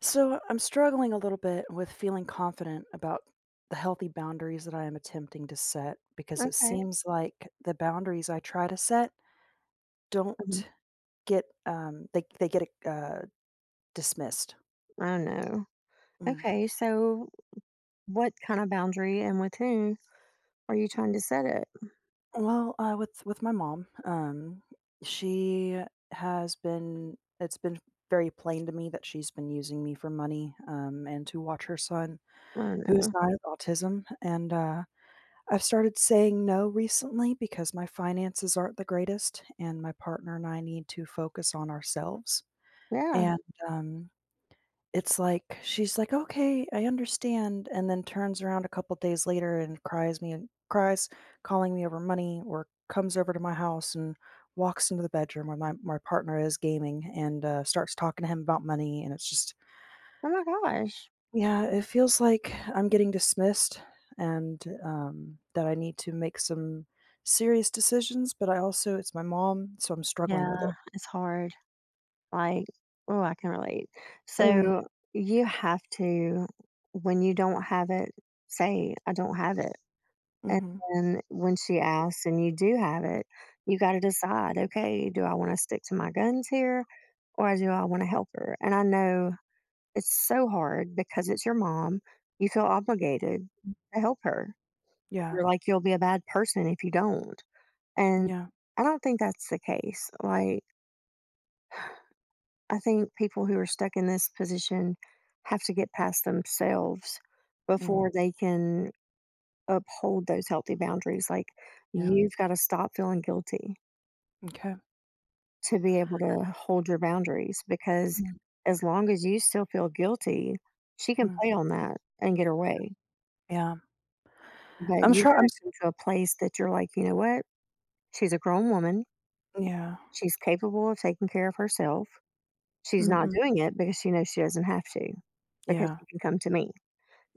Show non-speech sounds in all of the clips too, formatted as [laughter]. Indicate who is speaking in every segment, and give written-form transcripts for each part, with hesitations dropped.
Speaker 1: So I'm struggling a little bit with feeling confident about the healthy boundaries that I am attempting to set because it
Speaker 2: Okay.
Speaker 1: seems like the boundaries I try to set don't
Speaker 2: Mhm.
Speaker 1: get they get dismissed.
Speaker 2: I know.
Speaker 1: Mm.
Speaker 2: Okay, so what kind of boundary and with whom are you trying to set it?
Speaker 1: Well, with my mom, she has been it's been very plain to me that she's been using me for money and to watch her son
Speaker 2: Oh
Speaker 1: who is
Speaker 2: no.
Speaker 1: not autism and I've started saying no recently because my finances aren't the greatest, and my partner and I need to focus on ourselves.
Speaker 2: Yeah.
Speaker 1: And, um, it's like she's like, "Okay, I understand," and then turns around a couple days later and cries me and cries, calling me over money, or comes over to my house and walks into the bedroom where my partner is gaming and starts talking to him about money, and it's just
Speaker 2: Oh my gosh.
Speaker 1: yeah, it feels like I'm getting dismissed and that I need to make some serious decisions, but I also, it's my mom, so I'm struggling with it.
Speaker 2: Yeah, it's hard. Like, oh, I can relate.
Speaker 1: Mm,
Speaker 2: So you have to, when you don't have it, say, I don't have it. And
Speaker 1: hmm.
Speaker 2: then when she asks and you do have it, you got to decide, okay, do I want to stick to my guns here or do I want to help her? And I know it's so hard because it's your mom. You feel obligated to help her,
Speaker 1: Yeah,
Speaker 2: or like you'll be a bad person if you don't. And
Speaker 1: yeah,
Speaker 2: I don't think that's the case. Like, I think people who are stuck in this position have to get past themselves
Speaker 1: mm,
Speaker 2: before they can uphold those healthy boundaries. Like,
Speaker 1: yeah.
Speaker 2: you've got to stop feeling guilty
Speaker 1: Okay.
Speaker 2: to be able to hold your boundaries because
Speaker 1: Mm,
Speaker 2: as long as you still feel guilty, she can
Speaker 1: mm,
Speaker 2: play on that and get her way.
Speaker 1: yeah.
Speaker 2: But
Speaker 1: I'm
Speaker 2: you
Speaker 1: sure I'm,
Speaker 2: gotta
Speaker 1: s-
Speaker 2: come to a place that you're like, "You know what? She's a grown woman.
Speaker 1: Yeah.
Speaker 2: She's capable of taking care of herself. She's not
Speaker 1: Hmm.
Speaker 2: doing it because she knows she doesn't have to, because
Speaker 1: Yeah,
Speaker 2: she can come to me."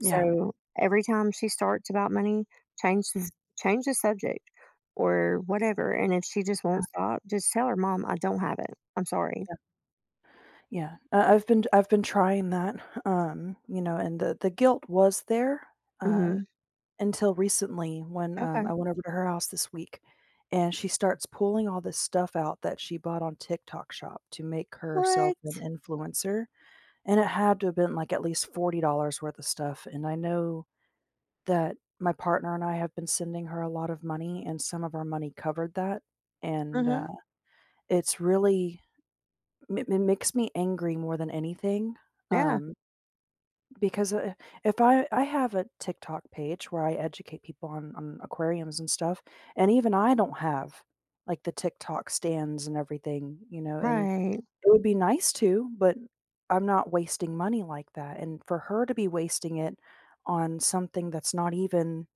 Speaker 1: yeah.
Speaker 2: every time she starts about money, change
Speaker 1: Mm,
Speaker 2: change the subject or whatever, and if she just won't stop, just tell her, "Mom, I don't have it. I'm sorry."
Speaker 1: yeah, yeah. I've been trying that, you know, and the guilt was there, uh,
Speaker 2: Mhm.
Speaker 1: until recently when,
Speaker 2: Okay.
Speaker 1: I went over to her house this week, and she starts pulling all this stuff out that she bought on TikTok Shop to make
Speaker 2: What?
Speaker 1: herself an influencer, and it had to have been, like, at least $40 worth of stuff, and I know that my partner and I have been sending her a lot of money, and some of our money covered that, and
Speaker 2: Mhm.
Speaker 1: it's really it makes me angry more than anything,
Speaker 2: Yeah.
Speaker 1: um, because, if I have a TikTok page where I educate people on aquariums and stuff, and even I don't have, like, the TikTok stands and everything, you know, and
Speaker 2: Right.
Speaker 1: it would be nice to, but I'm not wasting money like that, and for her to be wasting it on something that's not even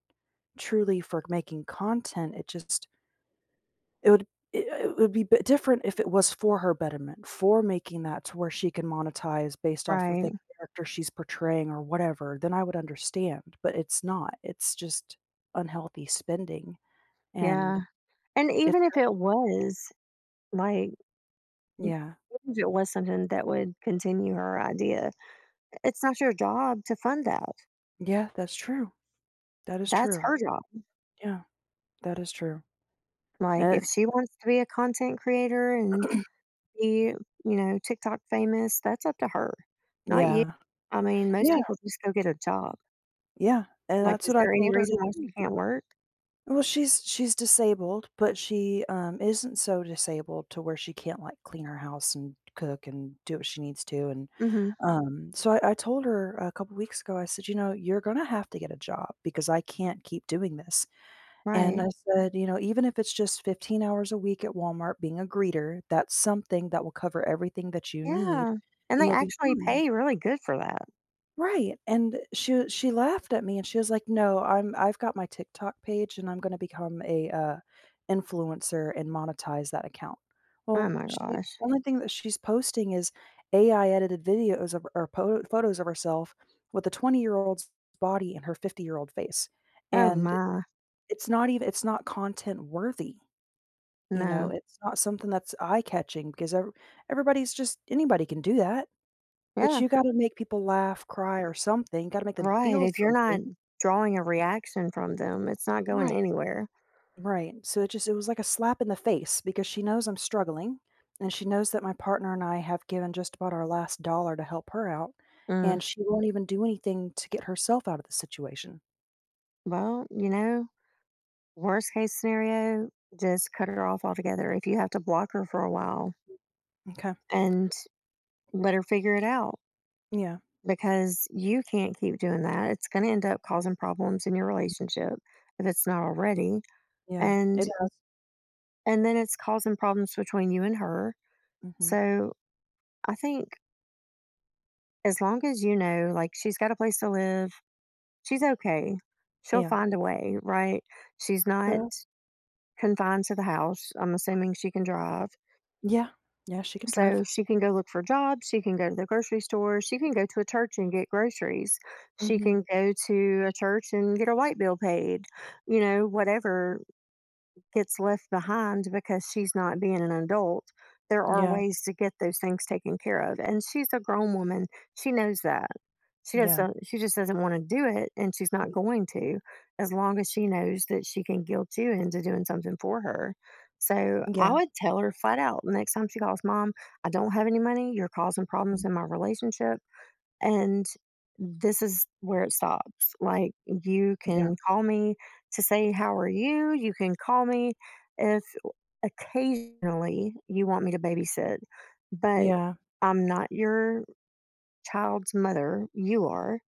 Speaker 1: truly for making content, it just it would it would be bit different if it was for her betterment, for making that to where she can monetize based off of
Speaker 2: Right.
Speaker 1: the character she's portraying or whatever, then I would understand, but it's not. It's just unhealthy spending, and
Speaker 2: Yeah. And
Speaker 1: it's
Speaker 2: even if it was, like,
Speaker 1: yeah.
Speaker 2: if it was something that would continue her idea, it's not your job to fund that.
Speaker 1: Yeah, that's true. That is
Speaker 2: That's
Speaker 1: true.
Speaker 2: her job.
Speaker 1: Yeah, that is true.
Speaker 2: Like,
Speaker 1: And
Speaker 2: if
Speaker 1: it's
Speaker 2: she wants to be a content creator and be, you know, TikTok famous, that's up to her, not you.
Speaker 1: yeah.
Speaker 2: I mean, most
Speaker 1: Yeah,
Speaker 2: people just go get a job.
Speaker 1: yeah, and
Speaker 2: Like,
Speaker 1: that's
Speaker 2: is
Speaker 1: what I
Speaker 2: there any
Speaker 1: told her
Speaker 2: reason
Speaker 1: to
Speaker 2: why
Speaker 1: do.
Speaker 2: she can't work?
Speaker 1: Well, she's disabled, but she, isn't so disabled to where she can't, like, clean her house and cook and do what she needs to, and,
Speaker 2: Mhm.
Speaker 1: so I told her a couple weeks ago, I said, "You know, you're gonna have to get a job because I can't keep doing this," and I
Speaker 2: Right.
Speaker 1: said, "You know, even if it's just 15 hours a week at Walmart being a greeter, that's something that will cover everything that you need,
Speaker 2: Yeah. And
Speaker 1: and
Speaker 2: they
Speaker 1: you'll be
Speaker 2: actually
Speaker 1: fine."
Speaker 2: pay really good for that.
Speaker 1: Right, and she laughed at me and she was like, "No, I've got my TikTok page and I'm gonna become a, influencer and monetize that account."
Speaker 2: Oh
Speaker 1: Well,
Speaker 2: my
Speaker 1: she the
Speaker 2: gosh.
Speaker 1: only thing that she's posting is AI edited videos of or po photos of herself with a 20-year-old's body and her 50-year-old face,
Speaker 2: Oh
Speaker 1: and
Speaker 2: my.
Speaker 1: it's not even it's not content worthy, you know,
Speaker 2: No.
Speaker 1: it's not something that's eye-catching because ev everybody's just anybody can do that. But
Speaker 2: Yeah.
Speaker 1: you gotta make people laugh, cry, or something, gotta make them
Speaker 2: Right.
Speaker 1: feel
Speaker 2: If you're
Speaker 1: something.
Speaker 2: not drawing a reaction from them, it's not going
Speaker 1: Right,
Speaker 2: anywhere.
Speaker 1: right. So it just it was like a slap in the face because she knows I'm struggling, and she knows that my partner and I have given just about our last dollar to help her out,
Speaker 2: Mm.
Speaker 1: and she won't even do anything to get herself out of the situation.
Speaker 2: Well, you know, worst case scenario, just cut her off altogether. If you have to block her for a while
Speaker 1: Okay.
Speaker 2: and let her figure it out
Speaker 1: Yeah.
Speaker 2: because you can't keep doing that. It's going to end up causing problems in your
Speaker 1: Mm,
Speaker 2: relationship if it's not already.
Speaker 1: yeah,
Speaker 2: And
Speaker 1: it has.
Speaker 2: and then it's causing problems between you and her.
Speaker 1: Mhm.
Speaker 2: So, I think as long as you know like she's got a place to live, she's okay. She'll
Speaker 1: Yeah.
Speaker 2: find a way, right? She's not
Speaker 1: Yeah.
Speaker 2: confined to the house. I'm assuming she can drive,
Speaker 1: Yeah. Yeah, she can drive.
Speaker 2: so she can go look for jobs. She can go to the grocery store. She can go to a church and get groceries. She
Speaker 1: Mhm.
Speaker 2: can go to a church and get her light bill paid. You know, whatever gets left behind because she's not being an adult, there are
Speaker 1: Yeah,
Speaker 2: ways to get those things taken care of. And she's a grown woman. She knows that.
Speaker 1: yeah,
Speaker 2: She just doesn't wanna do it, and she's not going to, as long as she knows that she can guilt you into doing something for her. So, I
Speaker 1: yeah,
Speaker 2: would tell her flat out next time she calls, "Mom, I don't have any money, you're causing
Speaker 1: mm,
Speaker 2: problems in my relationship, and this is where it stops. Like, you
Speaker 1: yeah,
Speaker 2: can call me to say, 'How are you?' You can call me if occasionally you want me to babysit, but
Speaker 1: yeah,
Speaker 2: I'm not your child's mother, you are.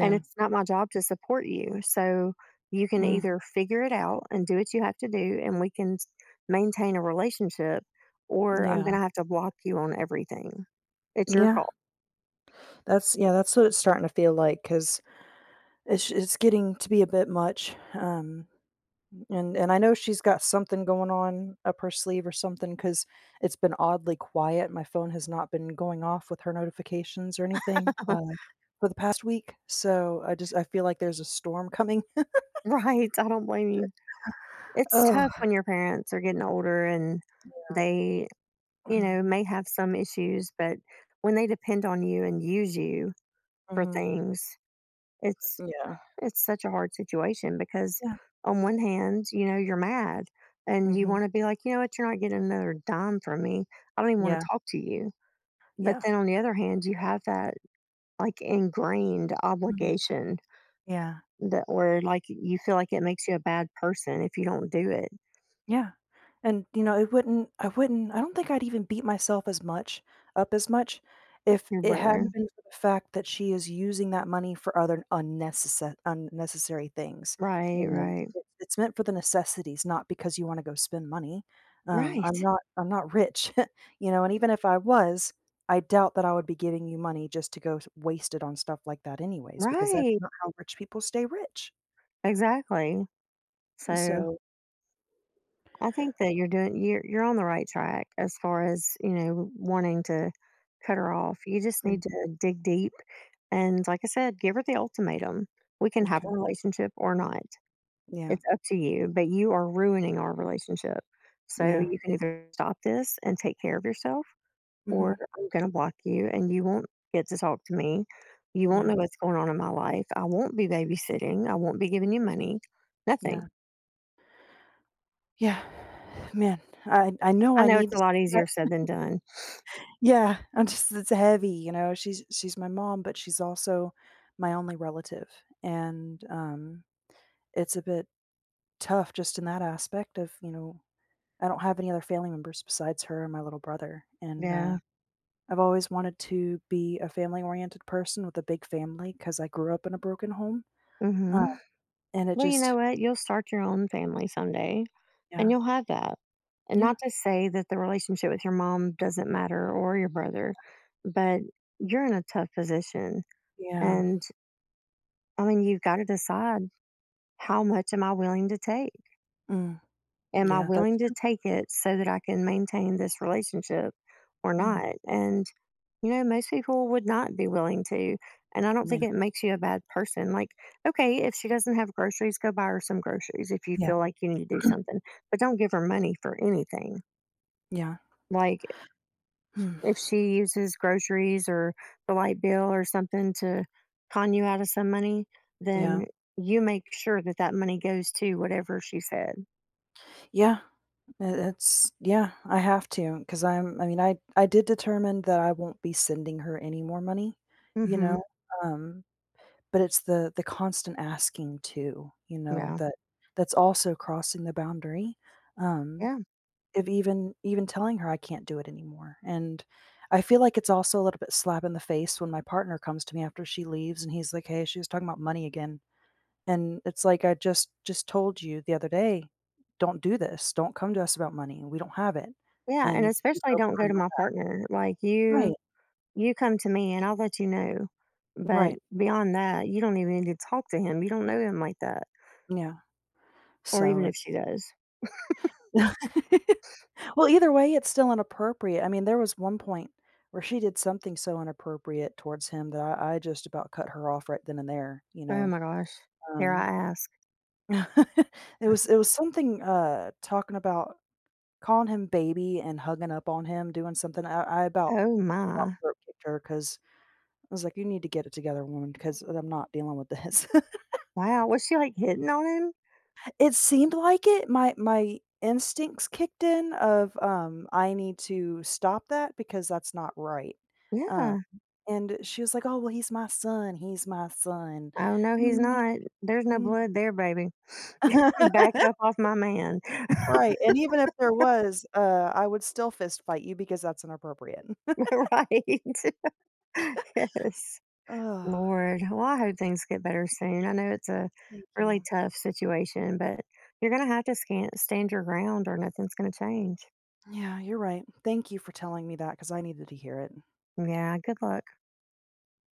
Speaker 2: And it's not my job to support you. So you can
Speaker 1: mm,
Speaker 2: either figure it out and do what you have to do, and we can maintain a relationship, or I'm
Speaker 1: yeah,
Speaker 2: going to have to block you on everything. It's your
Speaker 1: yeah.
Speaker 2: call."
Speaker 1: That's yeah, that's what it's starting to feel like because it's getting to be a bit much, and I know she's got something going on up her sleeve or something because 'cause it's been oddly quiet. My phone has not been going off with her notifications or anything,
Speaker 2: [laughs]
Speaker 1: for the past week, so I just I feel like there's a storm coming.
Speaker 2: Right. I don't blame you. It's
Speaker 1: [sighs]
Speaker 2: tough when
Speaker 1: Oh.
Speaker 2: your parents are getting older and they, you know,
Speaker 1: [clears throat]
Speaker 2: may have some issues, but when they depend on you and use you for things, it's
Speaker 1: Yeah.
Speaker 2: it's such a hard situation because on one hand, you know, you're mad and you
Speaker 1: Mhm.
Speaker 2: want to be like, you know what, you're not getting another dime from me. I don't even
Speaker 1: Yeah.
Speaker 2: want
Speaker 1: Yeah. Mhm. Yeah.
Speaker 2: to talk to you. But
Speaker 1: Yeah.
Speaker 2: then on the other hand, you have that like ingrained
Speaker 1: Mhm.
Speaker 2: obligation
Speaker 1: Yeah.
Speaker 2: that where like you feel like it makes you a bad person if you don't do it.
Speaker 1: Yeah, yeah. And, you know, it wouldn't I don't think I'd even beat myself as much if
Speaker 2: Your
Speaker 1: it
Speaker 2: brother.
Speaker 1: hadn't been for the fact that she is using that money for other unnecessary things,
Speaker 2: Right,
Speaker 1: you know?
Speaker 2: right.
Speaker 1: It's meant for the necessities, not because you wanna go spend money. Um, I'm
Speaker 2: Right.
Speaker 1: not I'm not rich, [laughs] you know? And even if I was, I doubt that I would be giving you money just to go s waste it on stuff like that anyways, because that's
Speaker 2: Right.
Speaker 1: not how rich people stay rich.
Speaker 2: Exactly. So
Speaker 1: So
Speaker 2: I think that you're doing you're on the right track as far as, you know, wanting to cut her off. You just
Speaker 1: mm,
Speaker 2: need to dig deep and like I said, give her the ultimatum. We can have
Speaker 1: m'kay.
Speaker 2: a relationship or not.
Speaker 1: Yeah.
Speaker 2: It's up to you, but you are ruining our relationship. So
Speaker 1: Yeah.
Speaker 2: you can either stop this and take care of yourself
Speaker 1: Mhm.
Speaker 2: or I'm going to block you and you won't get to talk to me. You won't
Speaker 1: Yeah.
Speaker 2: know what's going on in my life. I won't be babysitting. I won't be giving you money. Nothing.
Speaker 1: Yeah. Yeah. Man, I know
Speaker 2: I
Speaker 1: I
Speaker 2: know
Speaker 1: need
Speaker 2: it's
Speaker 1: to
Speaker 2: a lot
Speaker 1: see that.
Speaker 2: easier said than done.
Speaker 1: Yeah, I'm just it's heavy, you know, she's my mom, but she's also my only relative, and, it's a bit tough just in that aspect of, you know, I don't have any other family members besides her and my little brother, and
Speaker 2: Yeah.
Speaker 1: I've always wanted to be a family-oriented person with a big family because I grew up in a broken home, uh,
Speaker 2: Hmm.
Speaker 1: and it
Speaker 2: Well, you know
Speaker 1: just
Speaker 2: what? You'll start your own family someday and
Speaker 1: yeah,
Speaker 2: you'll have that. And
Speaker 1: yeah,
Speaker 2: not to say that the relationship with your mom doesn't matter or your brother, but you're in a tough position.
Speaker 1: yeah,
Speaker 2: And I mean, you've got to decide, how much am I willing to take?
Speaker 1: mm,
Speaker 2: Am I
Speaker 1: yeah, that's
Speaker 2: willing to
Speaker 1: true,
Speaker 2: take it so that I can maintain this relationship or
Speaker 1: mm,
Speaker 2: not? And you know, most people would not be willing to. And I don't think
Speaker 1: yeah,
Speaker 2: it makes you a bad person. Like, okay, if she doesn't have groceries, go buy her some groceries if you
Speaker 1: yeah,
Speaker 2: feel like you need to do something, but don't give her money for anything.
Speaker 1: yeah,
Speaker 2: Like,
Speaker 1: hmm.
Speaker 2: if she uses groceries or the light bill or something to con you out of some money,
Speaker 1: Yeah.
Speaker 2: then you make sure that that money goes to whatever she said.
Speaker 1: Yeah. I it's yeah, I have to, because 'cause I mean, I did determine that I won't be sending her any more money,
Speaker 2: Mm
Speaker 1: you
Speaker 2: hmm.
Speaker 1: know? Um, but it's the constant asking too, you know,
Speaker 2: Yeah.
Speaker 1: that that's also crossing the boundary, um,
Speaker 2: Yeah.
Speaker 1: of even telling her I can't do it anymore, and I feel like it's also a little bit slap in the face when my partner comes to me after she leaves and he's like, "Hey, she was talking about money again." And it's like I just told you the other day, "Don't do this. Don't come to us about money. We don't have it."
Speaker 2: Yeah. And
Speaker 1: And you
Speaker 2: especially
Speaker 1: go
Speaker 2: don't go
Speaker 1: behind
Speaker 2: to
Speaker 1: my
Speaker 2: my
Speaker 1: back.
Speaker 2: partner.
Speaker 1: Right,
Speaker 2: You come to me and I'll let you know. But
Speaker 1: right,
Speaker 2: beyond that, you don't even need to talk to him. You don't know him like that.
Speaker 1: yeah.
Speaker 2: Or
Speaker 1: So
Speaker 2: even if she
Speaker 1: it's
Speaker 2: does.
Speaker 1: [laughs] well, either way, it's still inappropriate. I mean, there was one point where she did something so inappropriate towards him that I just about cut her off right then and there, you
Speaker 2: Oh
Speaker 1: know?
Speaker 2: my gosh. Dare I
Speaker 1: Um,
Speaker 2: ask?
Speaker 1: [laughs] it was something, talking about calling him baby and hugging up on him, doing something. I
Speaker 2: Oh
Speaker 1: about
Speaker 2: my.
Speaker 1: throat kicked her because. I was like, "You need to get it together, woman, because I'm not dealing with this." [laughs]
Speaker 2: Wow. Was she like hitting on him?
Speaker 1: It seemed like it. My instincts kicked in of, I need to stop that because that's not right. Um,
Speaker 2: Yeah.
Speaker 1: and she was like, "Oh, well, he's my son. He's my son."
Speaker 2: Oh no,
Speaker 1: And
Speaker 2: he's
Speaker 1: I'm like,
Speaker 2: not. There's no
Speaker 1: "Mm."
Speaker 2: blood there, baby. [laughs]
Speaker 1: [laughs]
Speaker 2: Back up off my man.
Speaker 1: Right, and even if there was, I would still fist fight you because that's inappropriate. [sighs]
Speaker 2: [laughs] Right. [laughs] Yes.
Speaker 1: [laughs] Oh,
Speaker 2: Lord. Well, I hope things get better soon. I know it's a
Speaker 1: thank
Speaker 2: really
Speaker 1: you.
Speaker 2: tough situation, but you're going to have to stand your ground or nothing's going to change.
Speaker 1: Yeah, you're right. Thank you for telling me that because I needed to hear it.
Speaker 2: Yeah. Good luck.